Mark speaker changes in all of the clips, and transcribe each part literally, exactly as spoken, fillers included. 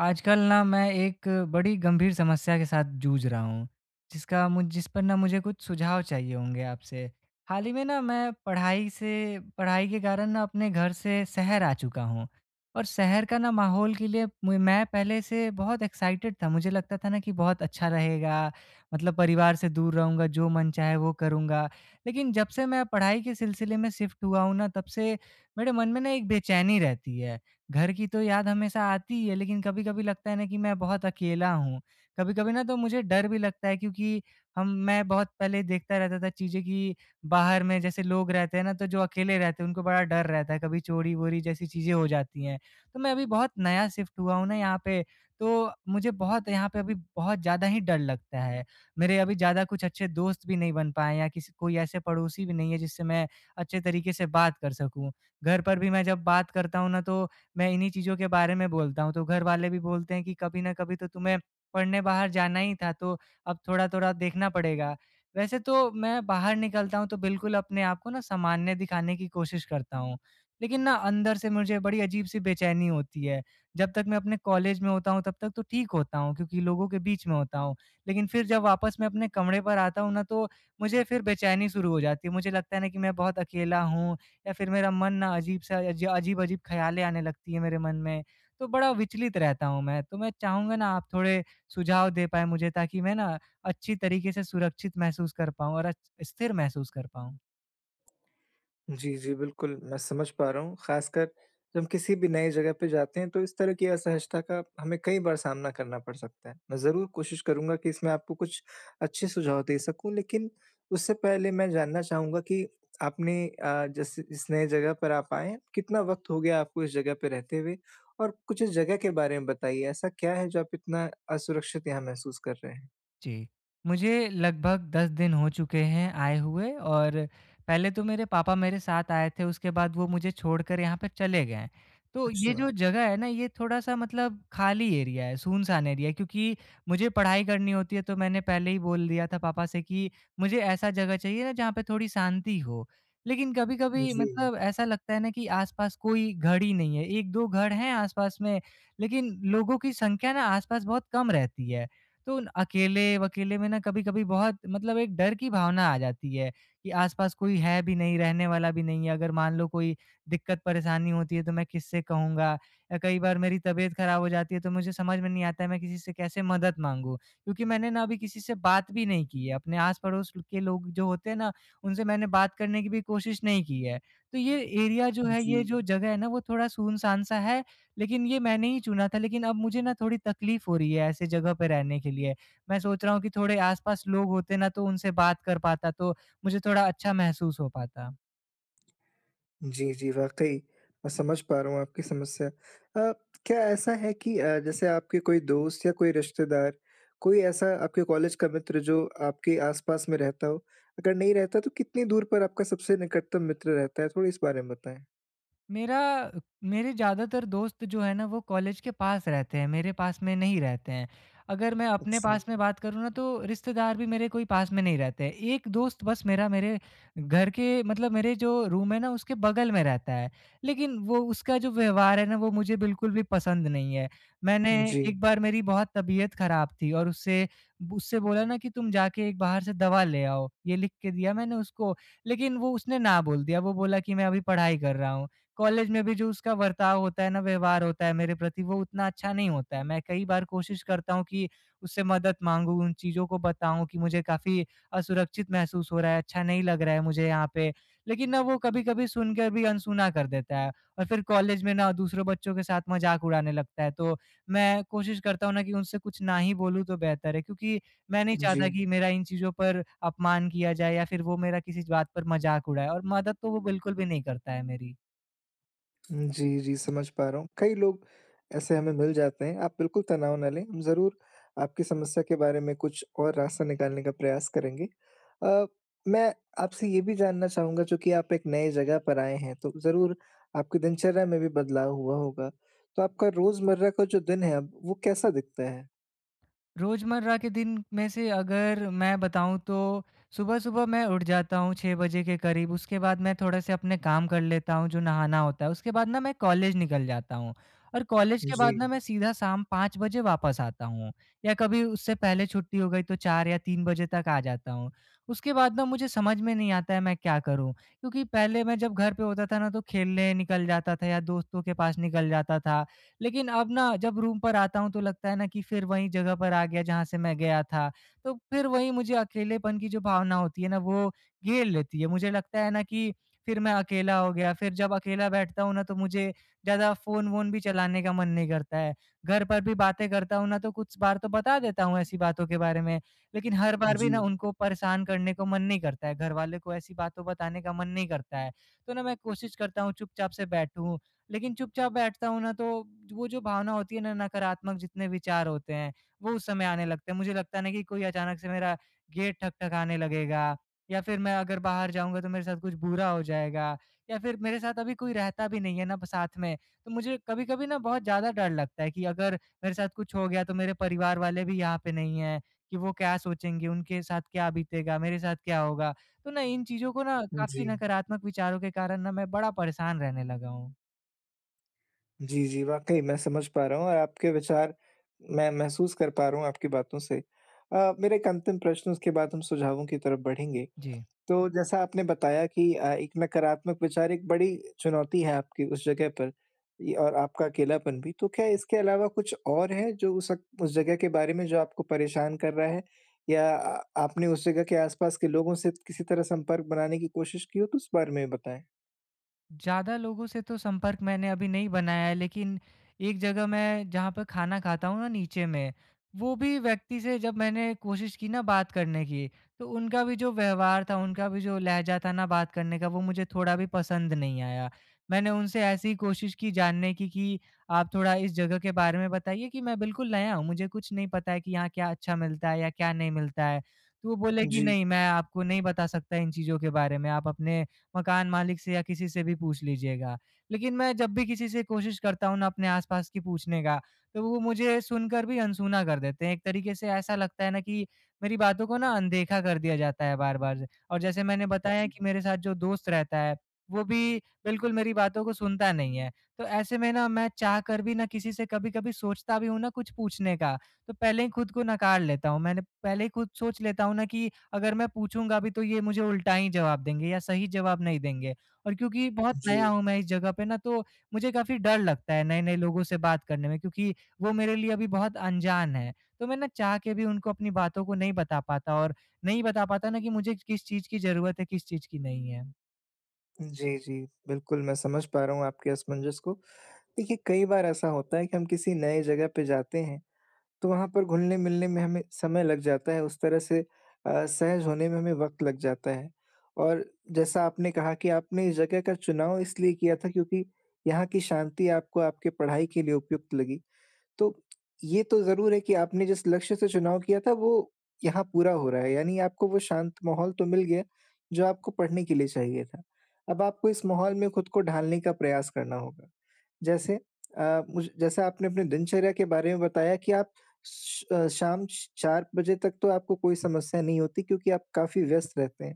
Speaker 1: आजकल ना मैं एक बड़ी गंभीर समस्या के साथ जूझ रहा हूँ, जिसका मुझ जिस पर ना मुझे कुछ सुझाव चाहिए होंगे आपसे। हाल ही में ना मैं पढ़ाई से पढ़ाई के कारण ना अपने घर से शहर आ चुका हूँ और शहर का ना माहौल के लिए मु मैं पहले से बहुत एक्साइटेड था। मुझे लगता था ना कि बहुत अच्छा रहेगा, मतलब परिवार से दूर रहूँगा, जो मन चाहे वो करूँगा। लेकिन जब से मैं पढ़ाई के सिलसिले में शिफ्ट हुआ हूँ ना, तब से मेरे मन में ना एक बेचैनी रहती है। घर की तो याद हमेशा आती ही है, लेकिन कभी-कभी लगता है ना कि मैं बहुत अकेला हूँ। कभी-कभी ना तो मुझे डर भी लगता है, क्योंकि हम मैं बहुत पहले देखता रहता था चीज़ें कि बाहर में जैसे लोग रहते हैं ना, तो जो अकेले रहते हैं उनको बड़ा डर रहता है, कभी चोरी-वोरी जैसी चीज़ें हो जाती हैं। तो मैं अभी बहुत नया शिफ्ट हुआ हूँ ना यहाँ पे, तो मुझे बहुत यहाँ पे अभी बहुत ज़्यादा ही डर लगता है। मेरे अभी ज़्यादा कुछ अच्छे दोस्त भी नहीं बन पाए हैं या किसी कोई ऐसे पड़ोसी भी नहीं है जिससे मैं अच्छे तरीके से बात कर सकूँ। घर पर भी मैं जब बात करता हूँ ना, तो मैं इन्हीं चीज़ों के बारे में बोलता हूँ। तो घर वाले भी बोलते हैं कि कभी न कभी तो तुम्हें पढ़ने बाहर जाना ही था, तो अब थोड़ा-थोड़ा देखना पड़ेगा। वैसे तो मैं बाहर निकलता हूँ तो बिल्कुल अपने आप को ना सामान्य दिखाने की कोशिश करता हूँ। लेकिन ना अंदर से मुझे बड़ी अजीब-सी बेचैनी होती है। जब तक मैं अपने कॉलेज में होता हूँ तब तक तो ठीक होता हूँ, क्योंकि लोगों के बीच में होता हूँ। लेकिन फिर जब वापस मैं अपने कमरे पर आता हूँ ना, तो मुझे फिर बेचैनी शुरू हो जाती है। मुझे लगता है ना कि मैं बहुत अकेला हूँ या फिर मेरा मन ना अजीब सा अज अजीब-अजीब ख़्यालें आने लगती हैं मेरे मन में, तो बड़ा विचलित रहता हूँ मैं। तो मैं चाहूँगा ना आप थोड़े सुझाव दे पाएँ मुझे, ताकि मैं ना अच्छी तरीके से सुरक्षित महसूस कर पाऊँ और अच स्थिर महसूस कर पाऊँ।
Speaker 2: जी, जी, बिल्कुल, मैं समझ पा रहा हूँ, ख़ासकर जब हम किसी भी नई जगह पे जाते हैं, तो इस तरह की असहजता का हमें कई बार सामना करना पड़ सकता है। मैं ज़रूर कोशिश करूँगा कि इसमें आपको कुछ अच्छे सुझाव दे सकूँ, लेकिन उससे पहले मैं जानना चाहूँगा कि आपने अ, जैसे इस नई जगह पर आप आए हैं, कितना वक़्त हो गया आपको इस जगह पे रहते हुए? और कुछ इस जगह के बारे में बताइए, ऐसा क्या है जो आप इतना असुरक्षित यहाँ महसूस कर रहे हैं?
Speaker 1: जी, मुझे लगभग दस दिन हो चुके हैं आए हुए और पहले तो मेरे पापा मेरे साथ आए थे, उसके बाद वो मुझे छोड़कर यहाँ पे चले गए हैं। तो ये
Speaker 2: अच्छा,
Speaker 1: जो जगह है ना, ये थोड़ा-सा मतलब खाली एरिया है, सुनसान एरिया है, क्योंकि मुझे पढ़ाई करनी होती है, तो मैंने पहले ही बोल दिया था पापा से कि मुझे ऐसा जगह चाहिए ना, जहाँ पे थोड़ी शांति हो। लेकिन कभी-कभी
Speaker 2: जी,
Speaker 1: मतलब ऐसा लगता है ना कि आस-पास कोई घर ही नहीं है, एक दो घर हैं आस-पास में, लेकिन लोगों की संख्या ना आस-पास बहुत कम रहती है। तो उन अकेले-वकेले में ना कभी-कभी बहुत मतलब एक डर की भावना आ जाती है कि आस-पास कोई है भी नहीं, रहने वाला भी नहीं है। अगर मान लो कोई दिक्कत-परेशानी होती है, तो मैं किससे कहूँगा? या कई बार मेरी तबीयत खराब हो जाती है, तो मुझे समझ में नहीं आता है मैं किसी से कैसे मदद माँगूँ? क्योंकि मैंने ना अभी किसी से बात भी नहीं की है। अपने आस-पड़ोस के लोग जो होते हैं ना, उनसे मैंने बात करने की भी कोशिश नहीं की है। तो ये एरिया जो है,
Speaker 2: जी।
Speaker 1: ये जो जगह है ना वो थोड़ा सुनसान सा है, लेकिन ये मैंने ही चुना था, लेकिन अब मुझे ना थोड़ी तकलीफ़ हो रही है ऐसे जगह पे रहने के लिए। मैं सोच रहा हूँ कि थोड़े आस-पास लोग होते ना तो उनसे बात कर पाता, तो मुझे थोड़ा अच्छा महसूस हो पाता।
Speaker 2: जी, जी, वाक़ई मैं समझ पा रहा हूँ आपकी समस्या। अ, क्या ऐसा है कि अ, जैसे आपके कोई दोस्त या कोई रिश्तेदार, कोई ऐसा आपके कॉलेज का मित्र जो आपके आस-पास में रहता हो? अगर नहीं रहता तो कितनी दूर पर आपका सबसे निकटतम मित्र रहता है? थोड़ा इस बारे में बताएँ।
Speaker 1: मेरा मेरे ज़्यादातर दोस्त जो है ना वो कॉलेज के पास रहते हैं, मेरे पास में नहीं रहते हैं। अगर मैं अपने
Speaker 2: अच्छा।
Speaker 1: पास में बात करूँ ना तो रिश्तेदार भी मेरे कोई पास में नहीं रहते हैं। एक दोस्त बस मेरा मेरे घर के मतलब मेरे जो रूम है ना उसके बगल में रहता है। लेकिन वो उसका जो व्यवहार है ना वो मुझे बिल्कुल भी पसंद नहीं है। मैंने
Speaker 2: जी,
Speaker 1: एक बार मेरी बहुत तबीयत ख़राब थी और उससे उससे बोला ना कि तुम जाके एक बाहर से दवा ले आओ, ये लिख के दिया मैंने उसको। लेकिन वो उसने ना बोल दिया, वो बोला कि मैं अभी पढ़ाई कर रहा हूँ। कॉलेज में भी जो उसका बर्ताव होता है ना, व्यवहार होता है मेरे प्रति वो उतना अच्छा नहीं होता है। मैं कई बार कोशिश करता हूँ कि उससे मदद माँगूँ, उन चीज़ों को बताऊँ कि मुझे काफ़ी असुरक्षित महसूस हो रहा है, अच्छा नहीं लग रहा है मुझे यहाँ पे। लेकिन ना वो कभी-कभी सुनकर भी अनसुना कर देता है और फिर कॉलेज में ना दूसरे बच्चों के साथ मज़ाक उड़ाने लगता है। तो मैं कोशिश करता हूँ ना कि उनसे कुछ ना ही बोलूँ तो बेहतर है, क्योंकि मैं नहीं
Speaker 2: जी।
Speaker 1: चाहता कि मेरा इन चीज़ों पर अपमान किया जाए या फिर वो मेरा किसी बात पर मज़ाक उड़ाए, और मदद तो वो बिल्कुल भी नहीं करता है मेरी।
Speaker 2: जी, जी, समझ पा रहा हूँ। कई लोग ऐसे हमें मिल जाते हैं, आप बिल्कुल तनाव ना लें, हम ज़रूर आपकी समस्या के बारे में कुछ और रास्ता निकालने का प्रयास करेंगे। अ, मैं आपसे ये भी जानना चाहूँगा, चूँकि आप एक नए जगह पर आए हैं, तो ज़रूर आपकी दिनचर्या में भी बदलाव हुआ होगा। तो आपका रोज़मर्रा का जो दिन है अब, वो कैसा दिखता है?
Speaker 1: रोज़मर्रा के दिन में से अगर मैं बताऊँ, तो सुबह-सुबह मैं उठ जाता हूँ छह बजे के करीब, उसके बाद मैं थोड़े-से अपने काम कर लेता हूँ, जो नहाना होता है, उसके बाद ना मैं कॉलेज निकल जाता हूँ और कॉलेज के
Speaker 2: जी,
Speaker 1: बाद ना मैं सीधा शाम पाँच बजे वापस आता हूँ या कभी उससे पहले छुट्टी हो गई तो चार या तीन बजे तक आ जाता हूँ। उसके बाद ना मुझे समझ में नहीं आता है मैं क्या करूँ? क्योंकि पहले मैं जब घर पे होता था ना तो खेलने निकल जाता था या दोस्तों के पास निकल जाता था, लेकिन अब ना जब रूम पर आता हूँ तो लगता है ना कि फिर वही जगह पर आ गया जहाँ से मैं गया था। तो फिर वही मुझे अकेलेपन की जो भावना होती है ना वो घेर लेती है। मुझे लगता है ना कि फिर मैं अकेला हो गया, फिर जब अकेला बैठता हूँ ना तो मुझे ज़्यादा फ़ोन-वोन भी चलाने का मन नहीं करता है। घर पर भी बातें करता हूँ ना तो कुछ बार तो बता देता हूँ ऐसी बातों के बारे में, लेकिन हर बार
Speaker 2: जी,
Speaker 1: भी ना उनको परेशान करने को मन नहीं करता है। घरवाले को ऐसी बातों बताने का मन नहीं करता है। तो ना मैं कोशिश करता हूँ चुपचाप से बैठूँ, लेकिन चुपचाप बैठता हूँ ना, तो वो जो भावना होती है ना, नकारात्मक जितने विचार होते हैं, वो उस समय आने लगते हैं। मुझे लगता है ना कि कोई अचानक से मेरा गेट ठक-ठकाने लगेगा या फिर मैं अगर बाहर जाऊँगा, तो मेरे साथ कुछ बुरा हो जाएगा या फिर मेरे साथ अभी कोई रहता भी नहीं है ना ब साथ में। तो मुझे कभी-कभी ना बहुत ज़्यादा डर लगता है कि अगर मेरे साथ कुछ हो गया, तो मेरे परिवार वाले भी यहाँ पे नहीं हैं कि वो क्या सोचेंगे, उनके साथ क्या बीतेगा, मेरे साथ क्या होगा? तो ना इन चीज़ों को ना
Speaker 2: जी।
Speaker 1: काफ़ी नकारात्मक विचारों के कारण ना मैं बड़ा परेशान रहने लगा हूँ।
Speaker 2: जी, जी, वाक़ई मैं समझ पा रहा हूँ, और आपके विचार मैं महसूस कर पा रहा हूँ आपकी बातों से। अ, मेरा एक अंतिम प्रश्न, उसके बाद हम सुझावों की तरफ बढ़ेंगे।
Speaker 1: जी,
Speaker 2: तो जैसा आपने बताया कि अ, एक नकारात्मक विचार एक बड़ी चुनौती है आपकी उस जगह पर, इ और आपका अकेलापन भी। तो क्या इसके अलावा कुछ और है जो उस अक उस जगह के बारे में जो आपको परेशान कर रहा है? या अ, आपने उस जगह के आस-पास के लोगों से किसी तरह संपर्क बनाने की कोशिश की हो तो उस बारे में बताएँ?
Speaker 1: ज़्यादा लोगों से तो संपर्क मैंने अभी नहीं बनाया है, लेकिन एक जगह मैं जहाँ पे खाना खाता हूँ ना नीचे में, वो भी व्यक्ति से जब मैंने कोशिश की ना बात करने की, तो उनका भी जो व्यवहार था, उनका भी जो लहज़ा था ना बात करने का, वो मुझे थोड़ा भी पसंद नहीं आया। मैंने उनसे ऐसी ही कोशिश की जानने की कि आप थोड़ा इस जगह के बारे में बताइए कि मैं बिल्कुल नया हूँ, मुझे कुछ नहीं पता है कि यहाँ क्या अच्छा मिलता है या क्या नहीं मिलता है। तो वो बोले कि
Speaker 2: जी,
Speaker 1: नहीं, मैं आपको नहीं बता सकता इन चीज़ों के बारे में, आप अपने मकान मालिक से या किसी से भी पूछ लीजिएगा। लेकिन मैं जब भी किसी से कोशिश करता हूँ ना अपने आस-पास की पूछने का, तो वो मुझे सुनकर भी अनसुना कर देते हैं। एक तरीके से ऐसा लगता है ना कि मेरी बातों को ना अनदेखा कर दिया जाता है बार-बार। और जैसे मैंने बताया कि मेरे साथ जो दोस्त रहता है, वो भी बिल्कुल मेरी बातों को सुनता नहीं है। तो ऐसे में ना मैं चाह कर भी ना किसी से कभी-कभी सोचता भी हूँ ना कुछ पूछने का, तो पहले ही खुद को नकार लेता हूँ। मैंने पहले ही खुद सोच लेता हूँ ना कि अगर मैं पूछूँगा भी तो ये मुझे उल्टा ही जवाब देंगे या सही जवाब नहीं देंगे, और क्योंकि बहुत नया
Speaker 2: जी।
Speaker 1: हूँ मैं इस जगह पे ना तो मुझे काफ़ी डर लगता है नए-नए लोगों से बात करने में, क्योंकि वो मेरे लिए अभी बहुत अनजान हैं। तो मैं ना चाह के भी उनको अपनी बातों को नहीं बता पाता और नहीं बता पाता ना कि मुझे किस चीज़ की ज़रूरत है, किस चीज़ की नहीं है।
Speaker 2: जी, जी। बिल्कुल, मैं समझ पा रहा हूँ आपके असमंजस को। देखिए, कई बार ऐसा होता है कि हम किसी नए जगह पे जाते हैं, तो वहाँ पर घुलने-मिलने में हमें समय लग जाता है, उस तरह से अ, सहज होने में हमें वक़्त लग जाता है। और जैसा आपने कहा कि आपने इस जगह का चुनाव इसलिए किया था क्योंकि यहाँ की शांति आपको आपके पढ़ाई के लिए उपयुक्त लगी। तो ये तो ज़रूर है कि आपने जिस लक्ष्य से चुनाव किया था, वो यहाँ पूरा हो रहा है, यानी आपको वो शांत माहौल तो मिल गया जो आपको पढ़ने के लिए चाहिए था। अब आपको इस माहौल में खुद को ढालने का प्रयास करना होगा। जैसे अ, मुझ जैसे आपने अपने दिनचर्या के बारे में बताया कि आप श अ, शाम श चार बजे तक तो आपको कोई समस्या नहीं होती, क्योंकि आप काफ़ी व्यस्त रहते हैं।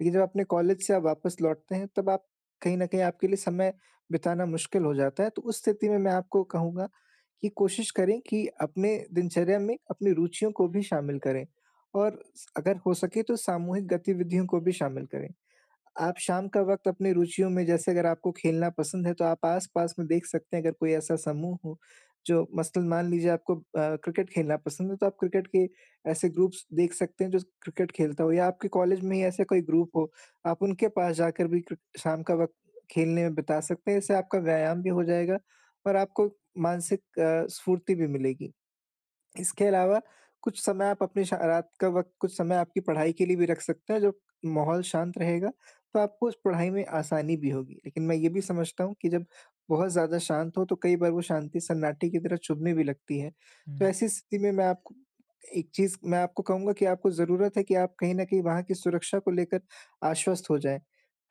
Speaker 2: लेकिन जब अपने कॉलेज से आप वापस लौटते हैं, तब आप कहीं न कहीं आपके लिए समय बिताना मुश्किल हो जाता है। तो उस स्थिति में मैं आपको कहूँगा कि कोशिश करें कि अपने दिनचर्या में अपनी रुचियों को भी शामिल करें, और स अगर हो सके तो सामूहिक गतिविधियों को भी शामिल करें। आप शाम का वक़्त अपनी रुचियों में, जैसे अगर आपको खेलना पसंद है, तो आप आस-पास में देख सकते हैं अगर कोई ऐसा समूह हो, जो, मसलन मान लीजिए आपको अ, क्रिकेट खेलना पसंद है, तो आप क्रिकेट के ऐसे ग्रुप्स देख सकते हैं जो क्रिकेट खेलता हो, या आपके कॉलेज में ही ऐसा कोई ग्रुप हो, आप उनके पास जाकर भी क्रिक शाम का वक़्त खेलने में बिता सकते हैं। इससे आपका व्यायाम भी हो जाएगा और आपको मानसिक अ, स्फूर्ति भी मिलेगी। इसके अलावा कुछ समय आप अपने शा रात का वक़्त कुछ समय आपकी पढ़ाई के लिए भी रख सकते हैं, जब माहौल शांत रहेगा, तो आपको उस पढ़ाई में आसानी भी होगी। लेकिन मैं ये भी समझता हूँ कि जब बहुत ज़्यादा शांत हो, तो कई बार वो शांति सन्नाटे की तरह चुभने भी लगती है। तो
Speaker 1: हुँ।
Speaker 2: ऐसी स्थिति में मैं आपको एक चीज़ मैं आपको कहूँगा कि आपको ज़रूरत है कि आप कहीं न कहीं वहाँ की सुरक्षा को लेकर आश्वस्त हो जाएँ।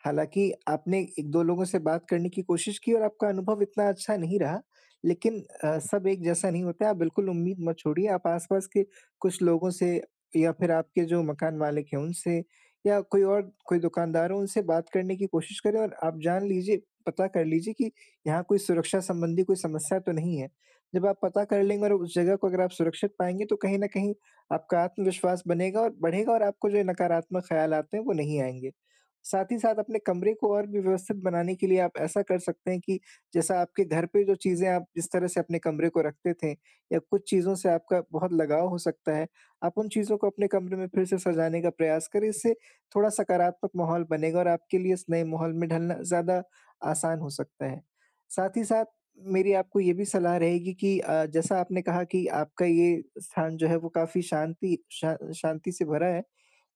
Speaker 2: हालाँकि आपने एक दो लोगों से बात करने की कोशिश की और आपका अनुभव इतना अच्छा नहीं रहा। लेकिन अ, सब एक जैसा नहीं होता है, आप बिल्कुल उम्मीद मत छोड़िए। आप आस-पास के कुछ लोगों से, या फिर आपके जो मकान मालिक हैं उनसे, या कोई और कोई दुकानदार हो उनसे बात करने की कोशिश करें, और आप जान लीजिए पता कर लीजिए कि यहाँ कोई सुरक्षा संबंधी कोई समस्या तो नहीं है। जब आप पता कर लेंगे और उस जगह को अगर आप सुरक्षित पाएँगे, तो कहीं न कहीं आपका आत्मविश्वास बनेगा और बढ़ेगा, और आपको जो नकारात्मक ख़्याल आते हैं वो नहीं आएँगे। साथ ही साथ अपने कमरे को और भी व्यवस्थित बनाने के लिए आप ऐसा कर सकते हैं कि जैसा आपके घर पे जो चीज़ें आप जिस तरह से अपने कमरे को रखते थे, या कुछ चीज़ों से आपका बहुत लगाव हो सकता है, आप उन चीज़ों को अपने कमरे में फिर से सजाने का प्रयास करें, इससे थोड़ा सकारात्मक माहौल बनेगा और आपके लिए इस नए माहौल में ढलना ज़्यादा आसान हो सकता है। साथ ही साथ मेरी आपको ये भी सलाह रहेगी कि अ, जैसा आपने कहा कि आपका ये स्थान जो है वो काफ़ी शांति शा शांति से भरा है,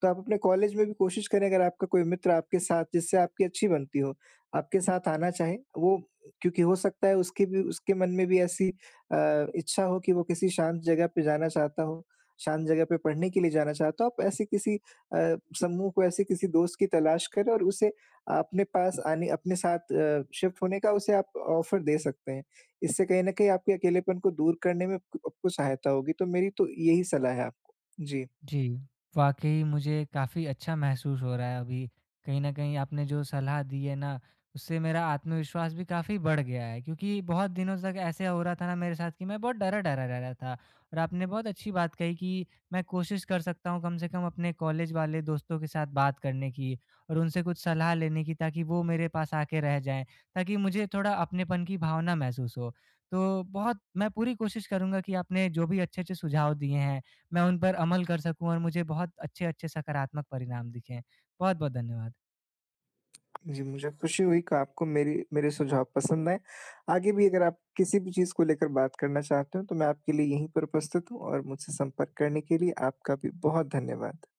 Speaker 2: तो आप अपने कॉलेज में भी कोशिश करें, अगर आपका कोई मित्र आपके साथ, जिससे आपकी अच्छी बनती हो, आपके साथ आना चाहे, वो, क्योंकि हो सकता है उसके भी उसके मन में भी ऐसी अ, इच्छा हो कि वो किसी शांत जगह पे जाना चाहता हो, शांत जगह पे पढ़ने के लिए जाना चाहता हो। आप ऐसे किसी अ, समूह को ऐसे किसी दोस्त की तलाश करें और उसे अपने पास आने अपने साथ अ, शिफ्ट होने का उसे आप ऑफ़र दे सकते हैं। इससे कहीं न कहीं आपके अकेलेपन को दूर करने में आपको आपको सहायता होगी। तो मेरी तो यही सलाह है आपको। जी।
Speaker 1: जी, वाक़ई मुझे काफ़ी अच्छा महसूस हो रहा है अभी। कहीं न कहीं आपने जो सलाह दी है ना, उससे मेरा आत्मविश्वास भी काफ़ी बढ़ गया है, क्योंकि बहुत दिनों तक ऐसे हो रहा था ना मेरे साथ कि मैं बहुत डरा-डरा रह रहा था। और आपने बहुत अच्छी बात कही कि मैं कोशिश कर सकता हूँ कम से कम अपने कॉलेज वाले दोस्तों के साथ बात करने की और उनसे कुछ सलाह लेने की, ताकि वो मेरे पास आके रह जाएँ, ताकि मुझे थोड़ा अपनेपन की भावना महसूस हो। तो बहुत मैं पूरी कोशिश करूँगा कि आपने जो भी अच्छे-अच्छे सुझाव दिए हैं मैं उन पर अमल कर सकूँ और मुझे बहुत अच्छे-अच्छे सकारात्मक परिणाम दिखें। बहुत-बहुत धन्यवाद।
Speaker 2: जी, मुझे खुशी हुई कि आपको मेरी मेरे सुझाव पसंद आए। आगे भी अगर आप किसी भी चीज़ को लेकर बात करना चाहते हो, तो मैं आपके लिए यहीं पर उपस्थित हूँ, और मुझसे संपर्क करने के लिए आपका भी बहुत धन्यवाद।